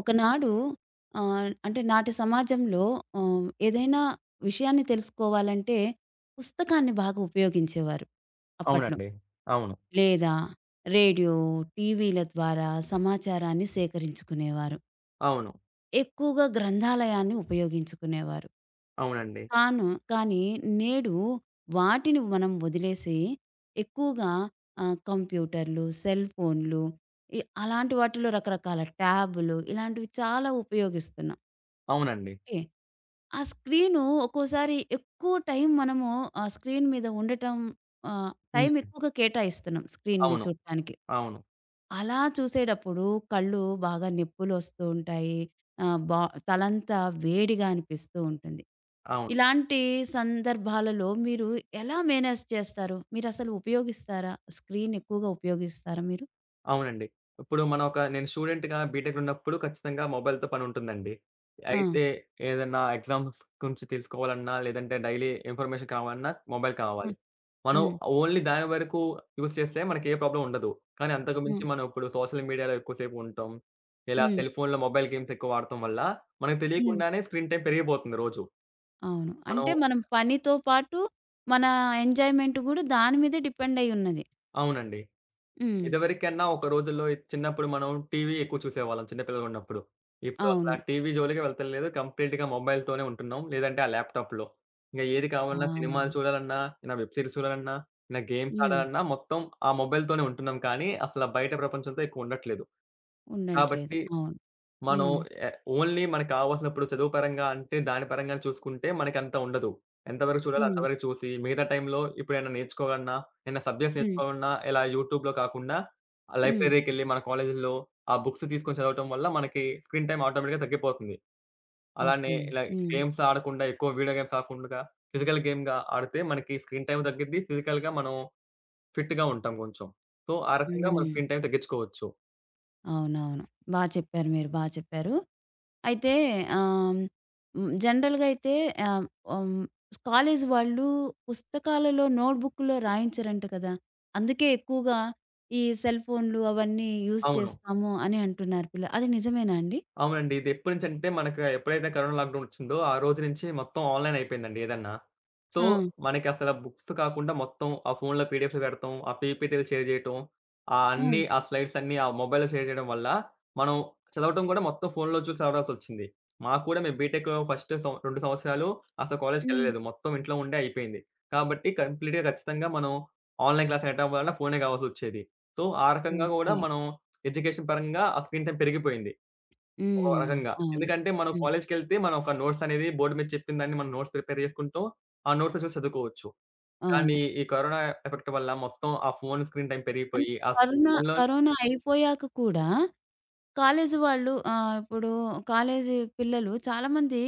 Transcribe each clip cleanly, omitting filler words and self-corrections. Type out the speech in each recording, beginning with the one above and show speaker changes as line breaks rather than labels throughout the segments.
ఒకనాడు అంటే నాటి సమాజంలో ఏదైనా విషయాన్ని తెలుసుకోవాలంటే పుస్తకాన్ని బాగా ఉపయోగించేవారు అప్పట్లో.
అవునండి. అవును.
లేదా రేడియో, టీవీల ద్వారా సమాచారాన్ని సేకరించుకునేవారు.
అవును.
ఎక్కువగా గ్రంథాలయాన్ని ఉపయోగించుకునేవారు.
అవునండి.
కానీ నేడు వాటిని మనం వదిలేసి ఎక్కువగా కంప్యూటర్లు, సెల్ ఫోన్లు అలాంటి వాటిలో రకరకాల ట్యాబులు ఇలాంటివి చాలా ఉపయోగిస్తున్నాం.
అవునండి.
ఓకే. ఆ స్క్రీను ఒక్కోసారి ఎక్కువ టైం మనము ఆ స్క్రీన్ మీద ఉండటం టైం
హ్మ్.
ఎక్కువగా కేటాయిస్తున్నాం స్క్రీన్‌ని
అవును.
చూడటానికి.
అవును.
అలా చూసేటప్పుడు కళ్ళు బాగా నొప్పులొస్తూ ఉంటాయి. ఆహ్, బా తలంతా వేడిగా అనిపిస్తూ ఉంటుంది.
అవును.
ఇలాంటి సందర్భాలలో మీరు ఎలా మేనేజ్ చేస్తారు? మీరసలు ఉపయోగిస్తారా? స్క్రీన్ ఎక్కువగా ఉపయోగిస్తారా మీరు?
అవునండి. ఇప్పుడు మనం ఒక నేను స్టూడెంట్‌గా బీటెక్ ఉన్నప్పుడు ఖచ్చితంగా మొబైల్‌తో పనుంటుందండి.
ఆ!
అయితే ఏదన్నా ఎగ్జామ్స్ గురించి తెలుసుకోవాలన్నా, లేదంటే డైలీ ఇన్ఫర్మేషన్ కావాలన్నా మొబైల్ కావాలి.
హ్మ్.
మనం
హ్మ్.
ఓన్లీ దాని వరకు యూజ్ చేస్తే మనకి ఏ ప్రాబ్లమ్ ఉండదు. కానీ అంతకు
హ్మ్.
మించి మనం ఇప్పుడు సోషల్ మీడియాలో ఎక్కువసేపు ఉంటాం. ఇలా
హ్మ్.
సెల్ ఫోన్‌లో మొబైల్ గేమ్స్ ఎక్కువ ఆడటం వల్ల మనకు
హ్మ్.
తెలియకుండానే స్క్రీన్ టైమ్ పెరిగిపోతుంది రోజు.
అవును. అంటే
మనం
మనం పనితో పాటు మన ఎంజాయ్‌మెంట్ గూడా దాని మీదే డిపెండ్ అయ్యి ఉన్నది.
అవునండి.
హ్మ్.
ఇదివరకన్నా ఒక రోజుల్లో చిన్నప్పుడు మనం టీవీ ఎక్కువ చూసేవాళ్ళం చిన్న పిల్లలున్నప్పుడు. ఇప్పుడు అసలు
అవును.
ఆ టీవీ జోలికే వెళ్తలేదు. కంప్లీట్‌గా మొబైల్‌తోనే ఉంటున్నాం. లేదంటే ఆ ల్యాప్‌టాప్‌లో. ఇంక ఏది
ఆ!
కావాలన్నా సినిమాలు చూడాలన్నా, ఏమైనా వెబ్ సీరీస్ చూడాలన్నా, ఏమైనా గేమ్స్
హ్మ్.
ఆడాలన్నా మొత్తం ఆ మొబైల్‌తోనే ఉంటున్నాం కానీ అసల బయట ప్రపంచంతో ఎక్కువ ఉండట్లేదు.
ఉండట్లేదు.
కాబట్టి
అవును.
మనం
హ్మ్.
ఎ ఓన్లీ మనకు కావాల్సినప్పుడు చదువు పరంగా అంటే, దాని పరంగా చూసుకుంటే మనకంత ఉండదు. ఎంతవరకు చూడాలో
హ్మ్.
అంతవరకు చూసి, మిగతా టైంలో ఇప్పుడేమైనా నేర్చుకోవాలన్నా, ఏమైనా సబ్జెక్ట్స్
హ్మ్.
నేర్చుకోవాలన్నా, ఇలా యూట్యూబ్‌లో కాకుండా ఆ
హ్మ్.
లైబ్రరీకెళ్ళి మన కాలేజీల్లో ఆ బుక్స్ తీసుకొని చదవటం వల్ల మనకి స్క్రీన్ టైమ్ ఆటోమేటిక్‌గా తగ్గిపోతుంది. అలానే
ఓకే.
ఇలా
హ్మ్.
గేమ్స్ ఆడకుండా, ఎక్కువ వీడియో గేమ్స్ ఆడకుండా ఫిజికల్ గేమ్‌గా ఆడితే మనకి స్క్రీన్ టైమ్ తగ్గిద్ది. ఫిజికల్‌గా మనం ఫిట్‌గా ఉంటాం కొంచెం. సో, ఆ రకంగా మనం
హ్మ్.
స్క్రీన్ టైమ్ తగ్గించుకోవచ్చు.
అవునవును. బా చెప్పారు మీరు. బా చెప్పారు. అయితే ఆహ్, హ్మ్. జనరల్‌గా అయితే ఆహ్, హ్మ్. కాలేజీ వాళ్ళు పుస్తకాలలో నోట్‌బుక్‌లో రాయించరంట కదా! అందుకే ఎక్కువగా ఈ సెల్ ఫోన్‌లు అవన్నీ యూజ్
అవును.
చేస్తాము అని అంటున్నారు పిల్ల అది నిజమేనా అండి?
అవునండి. ఇది ఎప్పటినుంచంటే మనకు ఎప్పుడైతే కరోనా లాక్‌డౌన్ ఒచ్చిందో, ఆ రోజు నుంచి మొత్తం ఆన్‌లైన్ అయిపోయిందండి ఏదన్నా. సో,
ఆ!
మనకసల బుక్స్ కాకుండా మొత్తం ఆ ఫోన్‌లో పీడిఎఫ్‌లు పెడతాం, ఆ పీపీటీలు షేర్ చేయటం, ఆ
హ్మ్.
అన్నీ ఆ స్లైడ్స్ అన్నీ ఆ మొబైల్‌లో షేర్ చేయడం వల్ల, మనం చదవటం గూడా మొత్తం ఫోన్‌లో చూసి చదవాల్సొచ్చింది. మాకు కూడా మేము బీటెక్ ఫస్ట్ 2 సంవత్సరాలు అసలు
హ్మ్.
కాలేజ్‌కెళ్ళలేదు. మొత్తం ఇంట్లో ఉండే అయిపోయింది. కాబట్టి కంప్లీట్‌గా ఖచ్చితంగా మనం ఆన్‌లైన్ క్లాస్ వినటం వల్ల ఫోనే గావాల్సొచ్చేది. సో, ఆ రకంగా గూడా
ఓకే.
మనం ఎడ్యుకేషన్ పరంగా ఆ స్క్రీన్ టైమ్ పెరిగిపోయింది. ఒక
హ్మ్.
రకంగా.
అవును.
ఎందుకంటే మనం
హ్మ్.
కాలేజికెళ్తే మనం ఒక నోట్స్ అనేది బోర్డ్ మీద చెప్పిన దాన్ని మనం నోట్స్ ప్రిపేర్ చేసుకుంటాం. ఆ నోట్స్ చూసి చదువుకోవచ్చు.
అవును.
కానీ ఈ కరోనా ఎఫెక్ట్ వల్ల మొత్తం ఆ ఫోను స్క్రీన్ టైమ్
అంటే
పెరిగిపోయి ఆ
కరోనా,
ఫోనులో
కరోనా అయిపోయాక కూడా కాలేజీ వాళ్ళు ఇప్పుడు కాలేజీ పిల్లలు చాలామంది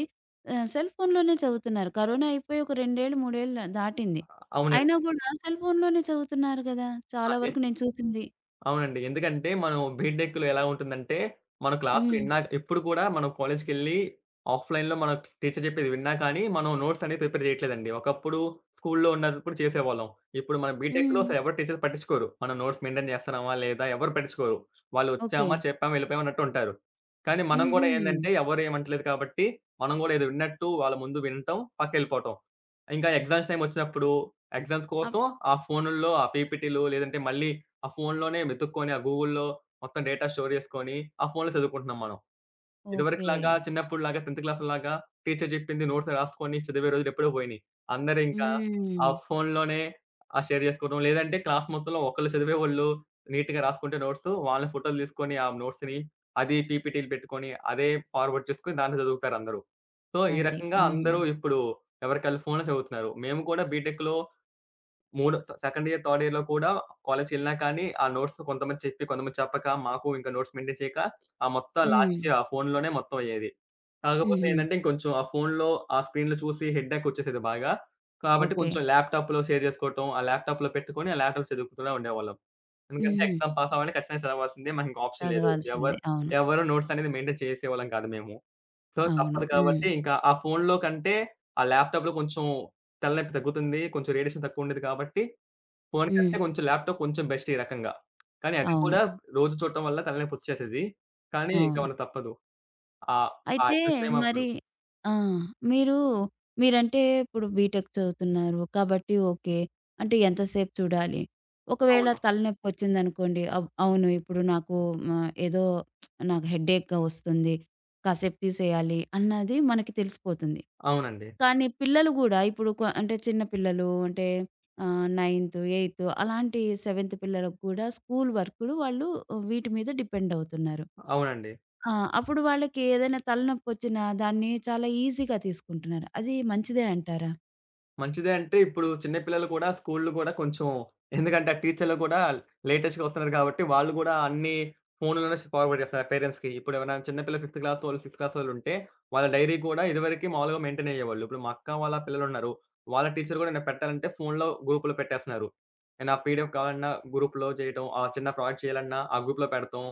సెల్ ఫోన్‌లోనే చదువుతున్నారు. కరోనా అయిపోయి ఒక 2 ఏళ్ళు, 3 ఏళ్ళు దాటింది. అయినా
అవునండి.
గూడా సెల్ ఫోన్‌లోనే చదువుతున్నారు గదా!
ఆ!
చాలా వరకు నేను చూసింది.
అవునండి. ఎందుకంటే మనం బీటెక్‌లో ఎలా ఉంటుందంటే, మన క్లాస్‌లు
హ్మ్.
ఇన్నా ఎప్పుడు కూడా మనం కాలేజ్‌కెళ్ళి ఆఫ్‌లైన్‌లో మన టీచర్ చెప్పేది విన్నా కానీ, మనం నోట్స్ అనేవి ప్రిపేర్ చేయట్లేదండి. ఒకప్పుడు స్కూల్‌లో ఉన్నప్పుడు చేసేవాళ్ళం. ఇప్పుడు మన బీటెక్‌లో
హ్మ్.
అసలు ఎవరు టీచర్ పట్టించుకోరు. మనం నోట్స్ మెయింటైన్ చేస్తున్నామా లేదా ఎవరు పట్టించుకోరు. వాళ్ళు
ఓకే.
వచ్చామా, చెప్పామా, వెళ్ళిపోయామా అన్నట్టు ఉంటారు. కానీ మనం కూడా
హుహు.
ఏందంటే ఎవరు ఏమనట్లేదు కాబట్టి, మనం కూడా ఏదో విన్నట్టు వాళ్ళ ముందు వినటం, పక్కకెళ్ళిపోవటం. ఇంకా ఎగ్జామ్స్ టైమ్ వచ్చినప్పుడు ఎగ్జామ్స్
అప్
కోసం ఆ ఫోనుల్లో, ఆ పీపీటీలు లేదంటే మళ్ళీ ఆ ఫోనులోనే వెతుక్కొని, ఆ గూగుల్‌లో మొత్తం డేటా స్టోర్ చేసుకొని, ఆ ఫోనులో చదువుకుంటున్నాం మనం.
ఓకే.
ఇదివరకులాగా చిన్నప్పుడులాగా 10థ్ క్లాస్‌లాగా టీచర్ చెప్పింది నోట్స్ రాసుకొని చదివే రోజులు ఎప్పుడో పోయినాయి. అందరింకా ఆ
హ్మ్.
ఫోనులోనే షేర్ చేసుకోవడం. లేదంటే క్లాస్ మొత్తంలో ఒకళ్ళు చదివేవోళ్ళు నీట్‌గా రాసుకుంటే నోట్సు, వాళ్ళ ఫోటోలు తీసుకొని ఆ నోట్స్‌ని అది పీపీటీలు పెట్టుకొని, అదే ఫార్వర్డ్ చేసుకొని దాంట్లో చదువుతారందరూ. సో, ఈ
అది.
రకంగా అందరూ
హ్మ్.
ఇప్పుడు ఎవరికాళ్ళు ఫోన్‌లో చదువుతున్నారు. మేము కూడా బీటెక్‌లో మూడో సె సెకండ్ ఇయర్, థర్డ్ ఇయర్‌లో కూడా కాలేజ్‌కెళ్ళినా కానీ, ఆ నోట్స్ కొంతమంది చెప్పి, కొంతమంది చెప్పక, మాకు ఇంకా నోట్స్ మెయింటైన్ చేయక, ఆ మొత్తం
హ్మ్.
లాస్ట్‌కి ఆ ఫోనులోనే మొత్తం అయ్యేది. కాకపోతే
హుహు.
ఏంటంటే, ఇంకొంచెం ఆ ఫోనులో, ఆ స్క్రీన్‌లో చూసి హెడ్‌ఏక్ వచ్చేసేది బాగా. కాబట్టి
ఓకే.
కొంచెం ల్యాప్‌టాప్‌లో షేర్ చేసుకోవటం, ఆ ల్యాప్‌టాప్‌లో పెట్టుకొని, ఆ ల్యాప్‌టాప్ చదువుకుంటూనే ఉండేవాళ్ళం. ఎందుకంటే,
హుహు.
ఎగ్జామ్ పాస్ అవ్వాలంటే ఖచ్చితంగా చదవాల్సిందే. మనకి ఇంక ఆప్షన్ లేదు.
చదవాల్సిందే.
ఎవరు
అవును.
ఎవరు నోట్స్ అనేది మెయింటైన్ చేసేవాళ్ళం కాదు మేము. సో,
అవును.
తప్పదు
హ్మ్.
కాబట్టి ఇంకా ఆ ఫోనులో కంటే, ఆ ల్యాప్‌టాప్‌లో కొంచెం తలనొప్పి తగ్గుతుంది. కొంచెం రేడియేషన్ తక్కువ ఉండేది కాబట్టి ఫోను
హ్మ్.
కంటే కొంచెం ల్యాప్‌టాప్ కొంచెం బెస్ట్ ఈ రకంగా. కానీ అది
అవును.
కూడా రోజు చూడటం వల్ల తలనొప్పొచ్చేసేది. కానీ ఇంకా
అవును.
మన తప్పదు. ఆహ్, ఆ
అయితే
ఎగ్జామ్స్ టైమ్
మరి
అప్పుడు.
ఆ! మీరు మీరంటే ఇప్పుడు బీటెక్ చదువుతున్నారు కాబట్టి ఓకే. అంటే ఎంతసేపు చూడాలి? ఒకవేళ
అవును.
తలనొప్పొచ్చిందనుకోండి అవును ఇప్పుడు నాకు ఏదో నాకు హెడేక్‌గా వస్తుంది. కాసేపు తీసేయాలి అన్నది మనకి తెలిసిపోతుంది.
అవునండి.
కానీ పిల్లలు గూడా ఇప్పుడు అంటే చిన్న పిల్లలు అంటే 9థ్, 8థ్ అలాంటి 7థ్ పిల్లలకు కూడా స్కూల్ వర్కులు వాళ్ళు వీటి మీద డిపెండ్ అవుతున్నారు.
అవునండి.
ఆ! అప్పుడు వాళ్ళకి ఏదైనా తలనొప్పొచ్చినా దాన్ని చాలా ఈజీగా తీసుకుంటున్నారు. అది మంచిదే అంటారా?
మంచిదే అంటే ఇప్పుడు చిన్న పిల్లలు కూడా స్కూల్‌లు కూడా కొంచెం ఎందుకంటే ఆ టీచర్‌లు కూడా లేటెస్ట్‌గా వస్తున్నారు కాబట్టి వాళ్ళు గూడా అన్ని ఫోనుల్లోనే ఫార్వర్డ్ చేస్తున్నారు పేరెంట్స్‌కి. ఇప్పుడు ఎవరైనా చిన్న పిల్లలు ఫిఫ్త్ క్లాస్ వాళ్ళు, సిక్స్త్ క్లాస్ వాళ్ళు ఉంటే వాళ్ళ డైరీ కూడా ఇదివరకి మామూలుగా మెయింటైన్ అయ్యేవాళ్ళు. ఇప్పుడు మా అక్క వాళ్ళ పిల్లలున్నారు. వాళ్ళ టీచర్ కూడా నేను పెట్టాలంటే ఫోనులో గ్రూప్‌లో పెట్టేస్తున్నారు. నేను ఆ పీడిఎఫ్ కావాలన్నా గ్రూప్‌లో చేయటం, ఆ చిన్న ప్రాజెక్ట్ చేయాలన్నా ఆ గ్రూప్‌లో పెడతాం.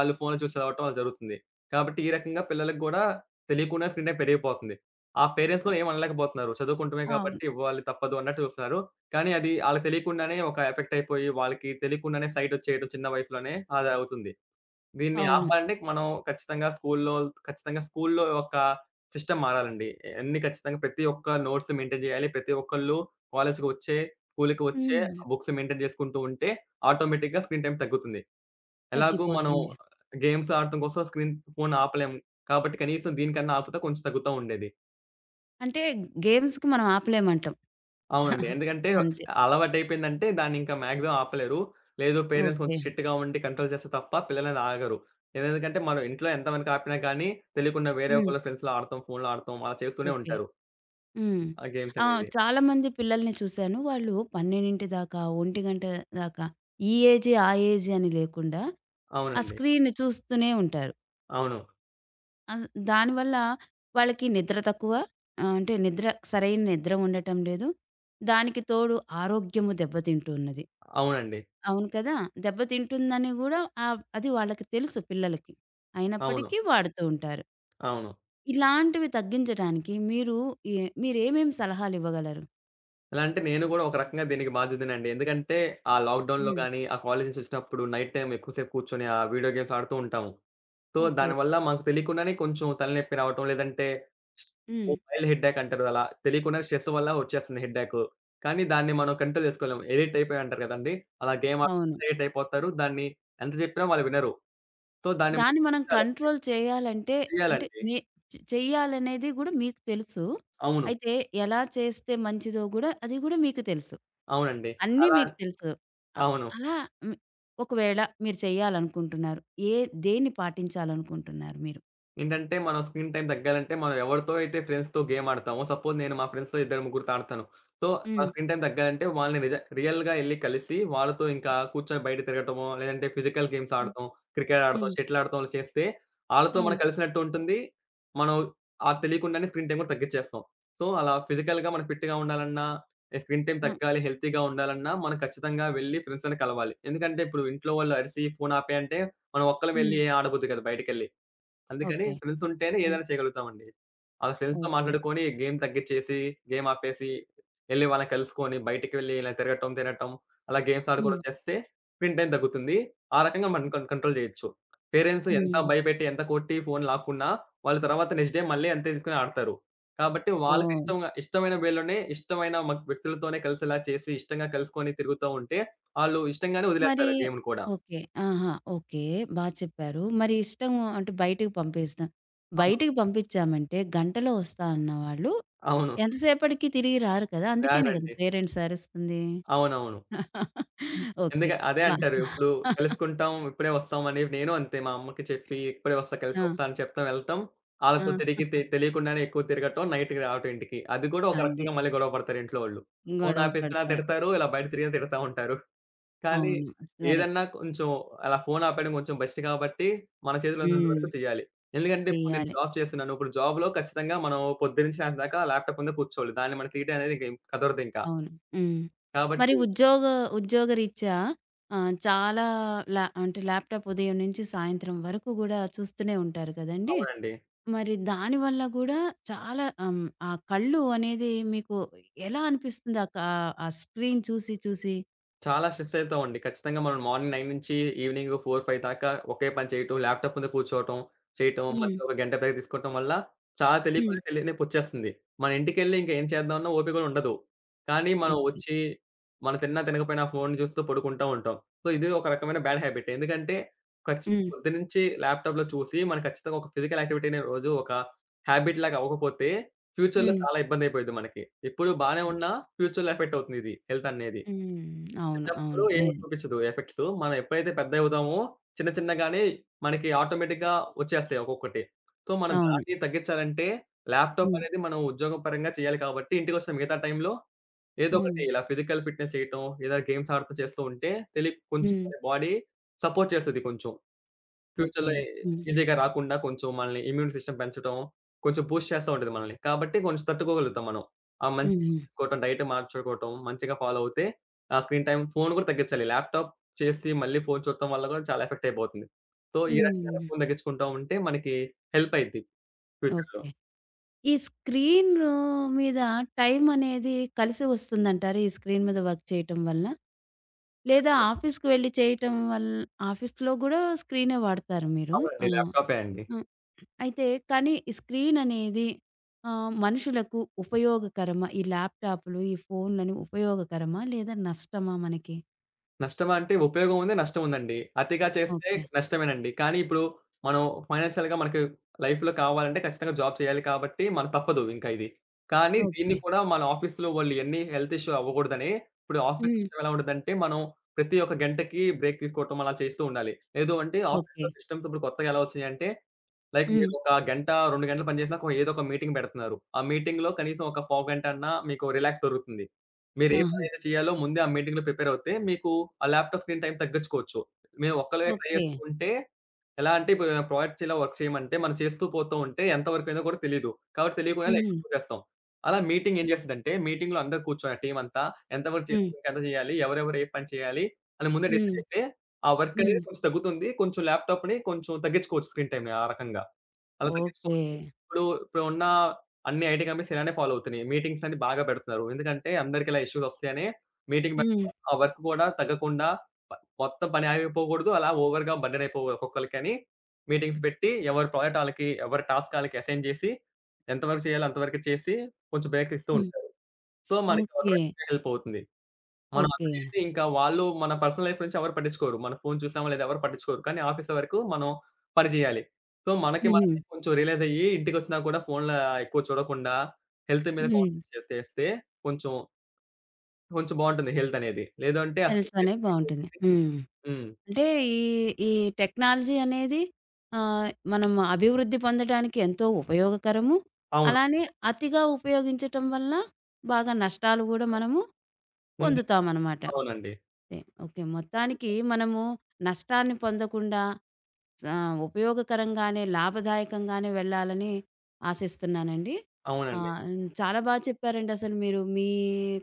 ఆళ్ళు ఫోన్‌లో చూసి చదవటం అలా జరుగుతుంది. కాబట్టి ఈ రకంగా పిల్లలకి గూడా తెలియకుండా స్క్రీన్ టైమ్ పెరిగిపోతుంది. ఆ పేరెంట్స్
అ!
కూడా ఏమనలేకపోతున్నారు. చదువుకుంటమే
అవును.
కాబట్టి ఇవ్వాలి తప్పదు అన్నట్టు చూస్తున్నారు. కానీ అది ఆళ్ళకి తెలియకుండానే ఒక ఎఫెక్ట్ అయిపోయి వాళ్ళకి తెలియకుండానే సైట్ వచ్చేయడం చిన్న వయసులోనే అది అవుతుంది. దీన్ని
అవును.
ఆపాలంటే మనం ఖచ్చితంగా స్కూల్లో ఒక సిస్టమ్ మారాలండి. అన్ని ఖచ్చితంగా ప్రతి ఒక్క నోట్స్ మెయింటైన్ చేయాలి. ప్రతి ఒక్కళ్ళు కాలేజ్‌కి వచ్చే, స్కూల్‌కి వచ్చే
హ్మ్.
బుక్స్ మెయింటైన్ చేసుకుంటూ ఉంటే ఆటోమేటిక్‌గా స్క్రీన్ టైమ్ తగ్గుతుంది. ఎలాగో మనం
తగ్గిపోతుంది.
గేమ్స్ ఆడటం కోసం స్క్రీన్ ఫోన్ ఆపలేం. కాబట్టి కనీసం దీనికన్నా ఆపితే కొంచెం తగ్గుతా ఉండేది.
అంటే గేమ్స్‌కి మనం ఆపలేమంటాం.
అవునండి. ఎందుకంటే
అంతే.
అలవాటయిపోయిందంటే దాన్నింకా మాక్సిమం ఆపలేరు. లేదు పేరెంట్స్
ఓకే.
కొంచెం స్ట్రిక్ట్‌గా ఉండి కంట్రోల్ చేస్తే తప్ప పిల్లలనేది ఆగరు. ఎందుకంటే మనం ఇంట్లో ఎంతవరకు ఆపినా కానీ తెలియకుండా వేరే
హ్మ్.
వాళ్ళ ఫ్రెండ్స్‌లో ఆడతాం, ఫోన్‌లో ఆడతాం అలా చేస్తూనే
ఓకే.
ఉంటారు.
హ్మ్.
ఆ గేమ్స్
ఆ!
అనేది.
చాలామంది పిల్లల్ని చూసాను. వాళ్ళు 12 దాకా, 1 దాకా ఈ ఏజే, ఆ ఏజే అని లేకుండా ఆ
అవునండి.
స్క్రీన్ చూస్తూనే ఉంటారు.
అవును.
దానివల్ల వాళ్ళకి నిద్ర తక్కువ. అంటే నిద్ర సరైన నిద్ర ఉండటం లేదు. దానికి తోడు ఆరోగ్యము దెబ్బతింటున్నది.
అవునండి.
అవును కదా! దెబ్బతింటుందని గూడా అది వాళ్ళకి తెలుసు పిల్లలకి.
అవును.
అయినప్పటికీ వాడుతూ ఉంటారు.
అవును.
ఇలాంటివి తగ్గించడానికి మీరు ఎ మీరేమేమి సలహాలివ్వగలరు?
ఎలా అంటే నేను కూడా ఒక రకంగా దీనికి బాధ్యుడినండి. ఎందుకంటే ఆ లాక్‌డౌన్‌లో
హ్మ్.
గాని, ఆ కాలేజీ నుంచి వచ్చినప్పుడు నైట్ టైమ్ ఎక్కువ సేపు కూర్చొని ఆ వీడియో గేమ్స్ ఆడుతూ ఉంటాము. So,
okay.
దానివల్ల మాకు తెలియకుండానే కొంచెం తలనొప్పి రావటం, లేదంటే
హ్మ్.
మొబైల్ హెడ్‌ఏక్ అంటారు అలా. తెలియకుండా స్ట్రెస్ వల్ల వచ్చేస్తుంది హెడ్‌ఏకు. కానీ దాన్ని మనం కంట్రోల్ చేసుకోలేము. ఎడిక్ట్ అయిపోయాం అంటారు కదండీ! అలా గేమ్
అవును.
ఆడుకుంటే ఎడిక్ట్ అయిపోతారు. దాన్ని ఎంత చెప్పినా వాళ్ళు వినరు. సో, దాన్ని మనం
దాన్ని మనం
తగ్గించాలండి.
కంట్రోల్ చేయాలంటే అంటే
చేయాలండి.
మీ చెయ్యాలనేది గూడా మీకు తెలుసు.
అవును.
అయితే ఎలా చేస్తే మంచిదో గూడా అది గూడా మీకు తెలుసు.
అవునండి.
అన్నీ
అలా
మీకు తెలుసు. అ
అవును.
అలా హ్మ్. ఒకవేళ మీరు చేయాలనుకుంటున్నారు. ఏ దేన్ని పాటించాలనుకుంటున్నారు మీరు?
ఏంటంటే, మన స్క్రీన్ టైమ్ తగ్గాలంటే, మనం ఎవరితో అయితే ఫ్రెండ్స్‌తో గేమ్ ఆడతామో, సపోజ్ నేను మా ఫ్రెండ్స్‌తో ఇద్దరు, ముగ్గురితో ఆడతాను. సో, నా
హ్మ్.
స్క్రీన్ టైమ్ తగ్గాలంటే, వాళ్ళని నిజ రియల్‌గా ఎళ్లి కలిసి, వాళ్ళతో ఇంకా కూర్చొని బయట తిరగటమో, లేదంటే ఫిజికల్ గేమ్స్
హ్మ్.
ఆడటం, క్రికెట్ ఆడటం,
హ్మ్.
షటిల్ ఆడటం అలా చేస్తే, ఆళ్ళతో
హ్మ్.
మనం కలిసినట్టు ఉంటుంది. మనం అది తెలియకుండానే స్క్రీన్ టైమ్ కూడా తగ్గిచ్చేస్తాం. సో, అలా ఫిజికల్‌గా మనం ఫిట్‌గా ఉండాలన్నా, ఈ స్క్రీన్ టైమ్
హ్మ్.
తగ్గాలి, హెల్తీగా ఉండాలన్నా, మనం ఖచ్చితంగా వెళ్లి ఫ్రెండ్స్‌తోనే కలవాలి. ఎందుకంటే, ఇప్పుడు ఇంట్లో వాళ్ళు అరిసి, "ఫోను ఆపేయి" అంటే, మనం ఒక్కళ్ళం వెళ్లి
హ్మ్.
ఏం ఆడబుద్ది కాదు బయటకెళ్ళి. అందుకని
ఓకే.
ఫ్రెండ్స్ ఉంటేనే
హ్మ్.
ఏదైనా చేయగలుగుతామండి. అలా ఫ్రెండ్స్‌తో
ఓకే.
మాట్లాడుకొని గేమ్ తగ్గిచ్చేసి, గేమ్ ఆపేసి, ఎళ్లి వాళ్ళని కలుసుకొని బయటికి వెళ్లి ఇలా తిరగటం, తినటం అలా గేమ్స్
హ్మ్.
ఆడుకోవడం చేస్తే స్క్రీన్ టైమ్ తగ్గుతుంది. ఆ రకంగా మనం కంట్రోల్ చేయొచ్చు. పేరెంట్స్ ఎంత
హ్మ్.
భయపెట్టి, ఎంత కొట్టి ఫోన్ లాక్కున్నా వాళ్ళు తర్వాత నెక్స్ట్ డే మళ్ళీ అంతే తీసుకొని ఆడతారు. కాబట్టి వాళ్ళకి
ఓహ్!
ఇష్టంగా ఇష్టమైన వేలోనే ఇష్టమైన వ్యక్తులతోనే కలిసేలా చేసి, ఇష్టంగా కలుసుకొని తిరుగుతా ఉంటే, ఆళ్ళు ఇష్టంగానే
మరి
వదిలేస్తారు ఆ గేమ్‌ని కూడా.
ఓకే. ఆహా! ఓకే. బా చెప్పారు. మరి ఇష్టం అంటే బయటికి పంపిస్తాం.
అవును.
బయటికి పంపించామంటే గంటలో వస్తా అన్న వాళ్ళు
అవును.
ఎంతసేపటికి తిరిగి రారు కదా! అందుకేనే కదా
రారండి.
పేరెంట్స్ అరుస్తుంది.
అవునవును.
ఓకే.
అదే
బ
అంటారు. ఇప్పుడు కలుసుకుంటాం, ఇప్పుడే వస్తాం అని నేను అంతే మా అమ్మకి చెప్పి ఇప్పుడే వస్తా కలిసి
ఆ!
వస్తా అని చెప్తాం వెళ్తాం. ఆళ్ళతో
ఆ!
తిరిగి తెలియకుండానే ఎక్కువ తిరగటం, నైట్‌కి రావటం ఇంటికి. అది కూడా ఒక
అదే.
రకంగా మళ్ళీ గొడవ పడతారు ఇంట్లో వాళ్ళు. ఫోను
గొడవ
ఆపేసినా
పడతారు.
తిడతారు, ఇలా బయట తిరిగినా తిడతా ఉంటారు. కానీ
అవును. సరే.
ఏదన్నా కొంచెం అలా ఫోను ఆపేయడం కొంచెం బెస్ట్ కాబట్టి మన చేతిలో ఉన్నంత
హ్మ్.
వరకు చేయాలి. ఎందుకంటే ఇప్పుడు నేను
చెయ్యాలి.
జాబ్ చేస్తున్నాను. ఇప్పుడు జాబ్‌లో ఖచ్చితంగా మనం పొద్దున్నుంచి సాయంత్రం దాకా ల్యాప్‌టాప్ ముందే కూర్చోవాలి. దాన్ని మనకి తీయడం అనేది ఇంక కుదరదింకా.
అవును. హ్మ్. మరి
కాబట్టి
ఉద్యోగరీత్యా చాలా అంటే ల్యాప్‌టాప్ ఉదయం నుంచి సాయంత్రం వరకు గూడా చూస్తూనే ఉంటారు కదండీ!
అవునండి.
మరి దానివల్ల గూడా చాలా ఆ కళ్ళు అనేది మీకు ఎలా అనిపిస్తుంది? ఆ స్క్రీన్ చూసి చూసి?
చాలా స్ట్రెస్ అయితామండి. ఖచ్చితంగా మనం మార్నింగ్ 9 నుంచి ఈవినింగ్ 4, 5 దాకా ఒకే పని చేయటం, ల్యాప్‌టాప్ ముందు కూర్చోవటం, చేయటం
హ్మ్.
మధ్యలో ఒక గంట బ్రేక్ తీసుకోవటం వల్ల చాలా
హ్మ్.
తెలియకుండా తెలియనివి వచ్చేస్తుంది. మన ఇంటికెళ్ళి ఇంక ఏం చేద్దామన్నా ఓపిక కూడా ఉండదు. కానీ మనం
ఓకే.
వచ్చి మనం తిన్నా తినకపోయినా ఫోన్ చూస్తూ పడుకుంటా ఉంటాం. సో, ఇది ఒక రకమైన బ్యాడ్ హ్యాబిట్. ఎందుకంటే
హ్మ్.
పొద్దునుంచి ల్యాప్‌టాప్‌లో చూసి మనం ఖచ్చితంగా ఒక ఫిజికల్ యాక్టివిటీ‌ని రోజు ఒక హ్యాబిట్ లాగా అవ్వకపోతే ఫ్యూచర్‌లో
హ్మ్.
చాలా ఇబ్బంది అయిపోద్ది మనకి. ఇప్పుడు బానే
ఓహ్!
ఉన్నా ఫ్యూచర్‌లో ఎఫెక్ట్ అవుతుంది ఇది హెల్త్ అనేది.
హ్మ్. అవును.
చిన్నప్పుడు
అవును.
ఏమి
నిజం.
చూపించదు ఎఫెక్ట్స్. మనం ఎప్పుడైతే పెద్దవుతామో చిన్న చిన్నగానే మనకి ఆటోమేటిక్‌గా వచ్చేస్తాయి ఒక్కొక్కటి. సో, మనం
అవును.
దాన్ని తగ్గించాలంటే ల్యాప్‌టాప్
హ్మ్.
అనేది మనం ఉద్యోగం పరంగా చేయాలి కాబట్టి ఇంటికొచ్చిన మిగతా టైంలో ఏదో
హ్మ్.
ఒకటి ఇలా ఫిజికల్ ఫిట్‌నెస్ చేయటం, ఏదైనా గేమ్స్ ఆడటం చేస్తూ ఉంటే తెలియక కొంచెం
హ్మ్.
మన బాడీ సపోర్ట్ చేస్తది కొంచెం.
ఓకే.
ఫ్యూచర్‌లో
హ్మ్.
ఈజీగా రాకుండా కొంచెం మనల్ని ఇమ్యూన్ సిస్టమ్ పెంచడం, కొంచెం బూస్ట్ చేస్తా ఉంటది మనల్ని. కాబట్టి కొంచెం తట్టుకోగలుగుతాం మనం. ఆ మంచి
హుహు.
ఫుడ్ తీసుకోవటం, డైట్ మార్చుకోవటం, మంచిగా ఫాలో అవుతే ఆ స్క్రీన్ టైమ్ ఫోను కూడా తగ్గించాలి. ల్యాప్‌టాప్ చేసి మళ్ళీ ఫోను చూడటం వల్ల కూడా చాలా ఎఫెక్ట్ అయిపోతుంది. సో, ఈ రకంగా
హ్మ్.
ఫోను తగ్గించుకుంటా ఉంటే మనకి హెల్ప్ అయిద్ది ఫ్యూచర్‌లో.
ఓకే. ఈ స్క్రీను మీద టైం అనేది కలిసి వస్తుందంటారా? ఈ స్క్రీన్ మీద వర్క్ చేయటం వల్ల? లేదా ఆఫీస్‌కి వెళ్లి చేయటం ఆఫీస్‌లో గూడా స్క్రీనే వాడతారు మీరు.
అవునండి.
ఆ!
ల్యాప్‌టాపే అండి.
హ్మ్. అయితే కానీ ఈ స్క్రీన్ అనేది మనుషులకు ఉపయోగకరమా? ఈ ల్యాప్‌టాప్‌లు, ఈ ఫోన్‌లని ఉపయోగకరమా? లేదా నష్టమా మనకి?
నష్టమా అంటే ఉపయోగం ఉంది, నష్టం ఉందండి. అతిగా చేస్తే
ఓకే.
నష్టమేనండి. కానీ ఇప్పుడు మనం ఫైనాన్షియల్‌గా మనకి లైఫ్‌లో కావాలంటే ఖచ్చితంగా జాబ్ చేయాలి కాబట్టి మనకు తప్పదు ఇంకా ఇది. కానీ దీన్ని
ఓకే.
కూడా మన ఆఫీస్‌లో వాళ్ళు ఎన్ని హెల్త్ ఇష్యూ అవ్వకూడదని ఇప్పుడు ఆఫీస్
హ్మ్.
సిస్టమ్ ఎలా ఉంటదంటే మనం ప్రతి ఒక్క గంటకి బ్రేక్ తీసుకోవటం అలా చేస్తూ ఉండాలి. లేదు అంటే
ఓకే.
ఆఫీస్‌లో సిస్టమ్స్ ఇప్పుడు కొత్తగా ఎలా వచ్చినాయంటే లైక్
హ్మ్.
మీరు ఒక గంట, 2 గంటలు పని చేసినా ఏదో ఒక మీటింగ్ పెడుతున్నారు. ఆ మీటింగ్‌లో కనీసం ఒక పావుగంట అన్నా మీకు రిలాక్స్ దొరుకుతుంది. మీరు ఏ
ఆహా!
పనైతే చేయాలో ముందే ఆ మీటింగ్‌లో ప్రిపేర్ అవుతే, మీకు ఆ ల్యాప్‌టాప్ స్క్రీన్ టైమ్ తగ్గించుకోవచ్చు. మేము ఒక్కళ్ళమే ట్రై
ఓకే.
చేస్తూ ఉంటే, ఎలా అంటే ఇప్పుడు ప్రాజెక్ట్స్ ఇలా వర్క్ చేయమంటే, మనం చేస్తూ పోతూ ఉంటే ఎంత వరకు అయిందో కూడా తెలీదు. కాబట్టి తెలియకుండానే
హ్మ్.
ఎక్కువ చేస్తాం. అలా మీటింగ్ ఏం చేస్తదంటే, మీటింగ్‌లో అందరూ కూర్చొని ఆ టీమ్ అంతా ఎంతవరకు
హ్మ్.
చేసాం, ఇంకెంత చేయాలి, ఎవరెవరు ఏ పని చేయాలి అని ముందే
హ్మ్.
డిసైడ్ అయితే, ఆ వర్క్ అనేది
హ్మ్.
కొంచెం తగ్గుతుంది. కొంచెం ల్యాప్‌టాప్‌ని కొంచెం తగ్గించుకోవచ్చు స్క్రీన్ టైమ్‌ని ఆ రకంగా. అలా
ఓకే.
తగ్గించుకోవచ్చు. ఇప్పుడు ఇప్పుడున్న అన్ని ఐటీ కంపెనీస్ ఇలానే ఫాలో అవుతున్నాయి. మీటింగ్స్ అన్ని బాగా పెడుతున్నారు. ఎందుకంటే అందరికి ఇలా ఇష్యూస్ వస్తాయని మీటింగ్
హ్మ్.
పెట్టడం. ఆ వర్క్ కూడా తగ్గకుండా ప మొత్తం పని ఆగిపోకూడదు. అలా ఓవర్‌గా బర్డెన్ అయిపోకూడదు ఒక్కొక్కళ్ళకని మీటింగ్స్ పెట్టి ఎవరి ప్రాజెక్ట్ ఆళ్ళకి, ఎవరి టాస్క్ ఆళ్ళకి అసైన్ చేసి ఎంతవరకు చేయాలో అంతవరకు చేసి కొంచెం బ్రేక్స్ ఇస్తూ
హ్మ్.
ఉంటారు. సో, మనకి ఒక
ఓకే.
రకంగా హెల్ప్ అవుతుంది. మనం అంత
ఓకే.
చేసి ఇంకా వాళ్ళు మన పర్సనల్ లైఫ్ నుంచి ఎవరు పట్టించుకోరు. మన ఫోన్ చూసామా లేదా ఎవరు పట్టించుకోరు. కానీ ఆఫీస్ వరకు మనం పని చేయాలి. సో, మనకి
హుహు.
మనమే కొంచెం రియలైజ్ అయ్యి ఇంటికొచ్చినా కూడా ఫోన్‌లా ఎక్కువ చూడకుండా హెల్త్ మీద
హ్మ్.
కాన్షియస్ చేస్తే చేస్తే కొంచెం, కొంచెం బావుంటుంది హెల్త్ అనేది. లేదంటే ఆ
తెలుసు
స్క్రీన్ టైమ్
అనేది
పెరిగిపోతుంది.
బావుంటుంది. హ్మ్.
హ్మ్.
అంటే ఈ, ఈ టెక్నాలజీ అనేది ఆహ్, మనం అభివృద్ధి పొందడానికి ఎంతో ఉపయోగకరము.
అవును.
అలానే అతిగా ఉపయోగించటం వల్ల బాగా నష్టాలు గూడా మనము
ఉంటుంది.
పొందుతామనమాట.
అవునండి.
ఓకే. మొత్తానికి
అంతే.
మనము నష్టాన్ని పొందకుండా ఆ! ఉపయోగకరంగానే, లాభదాయకంగానే వెళ్ళాలని ఆశిస్తున్నానండి.
అవునండి.
హ్మ్. చాలా బా చెప్పారండి అసలు మీరు. మీ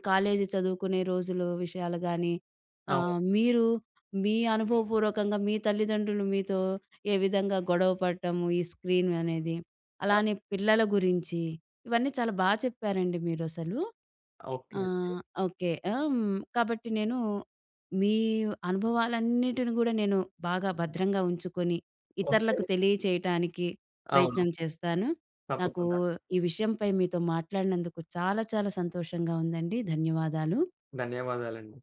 కాలేజీ చదువుకునే రోజులు విషయాలు గానీ,
అవును.
మీరు మీ అనుభవపూర్వకంగా మీ తల్లిదండ్రులు మీతో ఏ విధంగా గొడవ పడటము, ఈ స్క్రీన్ అనేది,
అవును.
అలానే పిల్లల గురించి, ఇవన్నీ చాలా బా చెప్పారండి మీరసలు. ఆ!
ఓకే.
ఓకే. ఆ! హ్మ్. కాబట్టి నేను మీ అనుభవాలన్నిటిని గూడా నేను బాగా భద్రంగా ఉంచుకొని,
ఓకే.
ఇతరులకు తెలియచేయటానికి
అవును.
ప్రయత్నం చేస్తాను. నాకు
తప్పకుండా.
ఈ విషయంపై మీతో మాట్లాడినందుకు చాలా చాలా సంతోషంగా ఉందండి. ధన్యవాదాలు.
ధన్యవాదాలండి.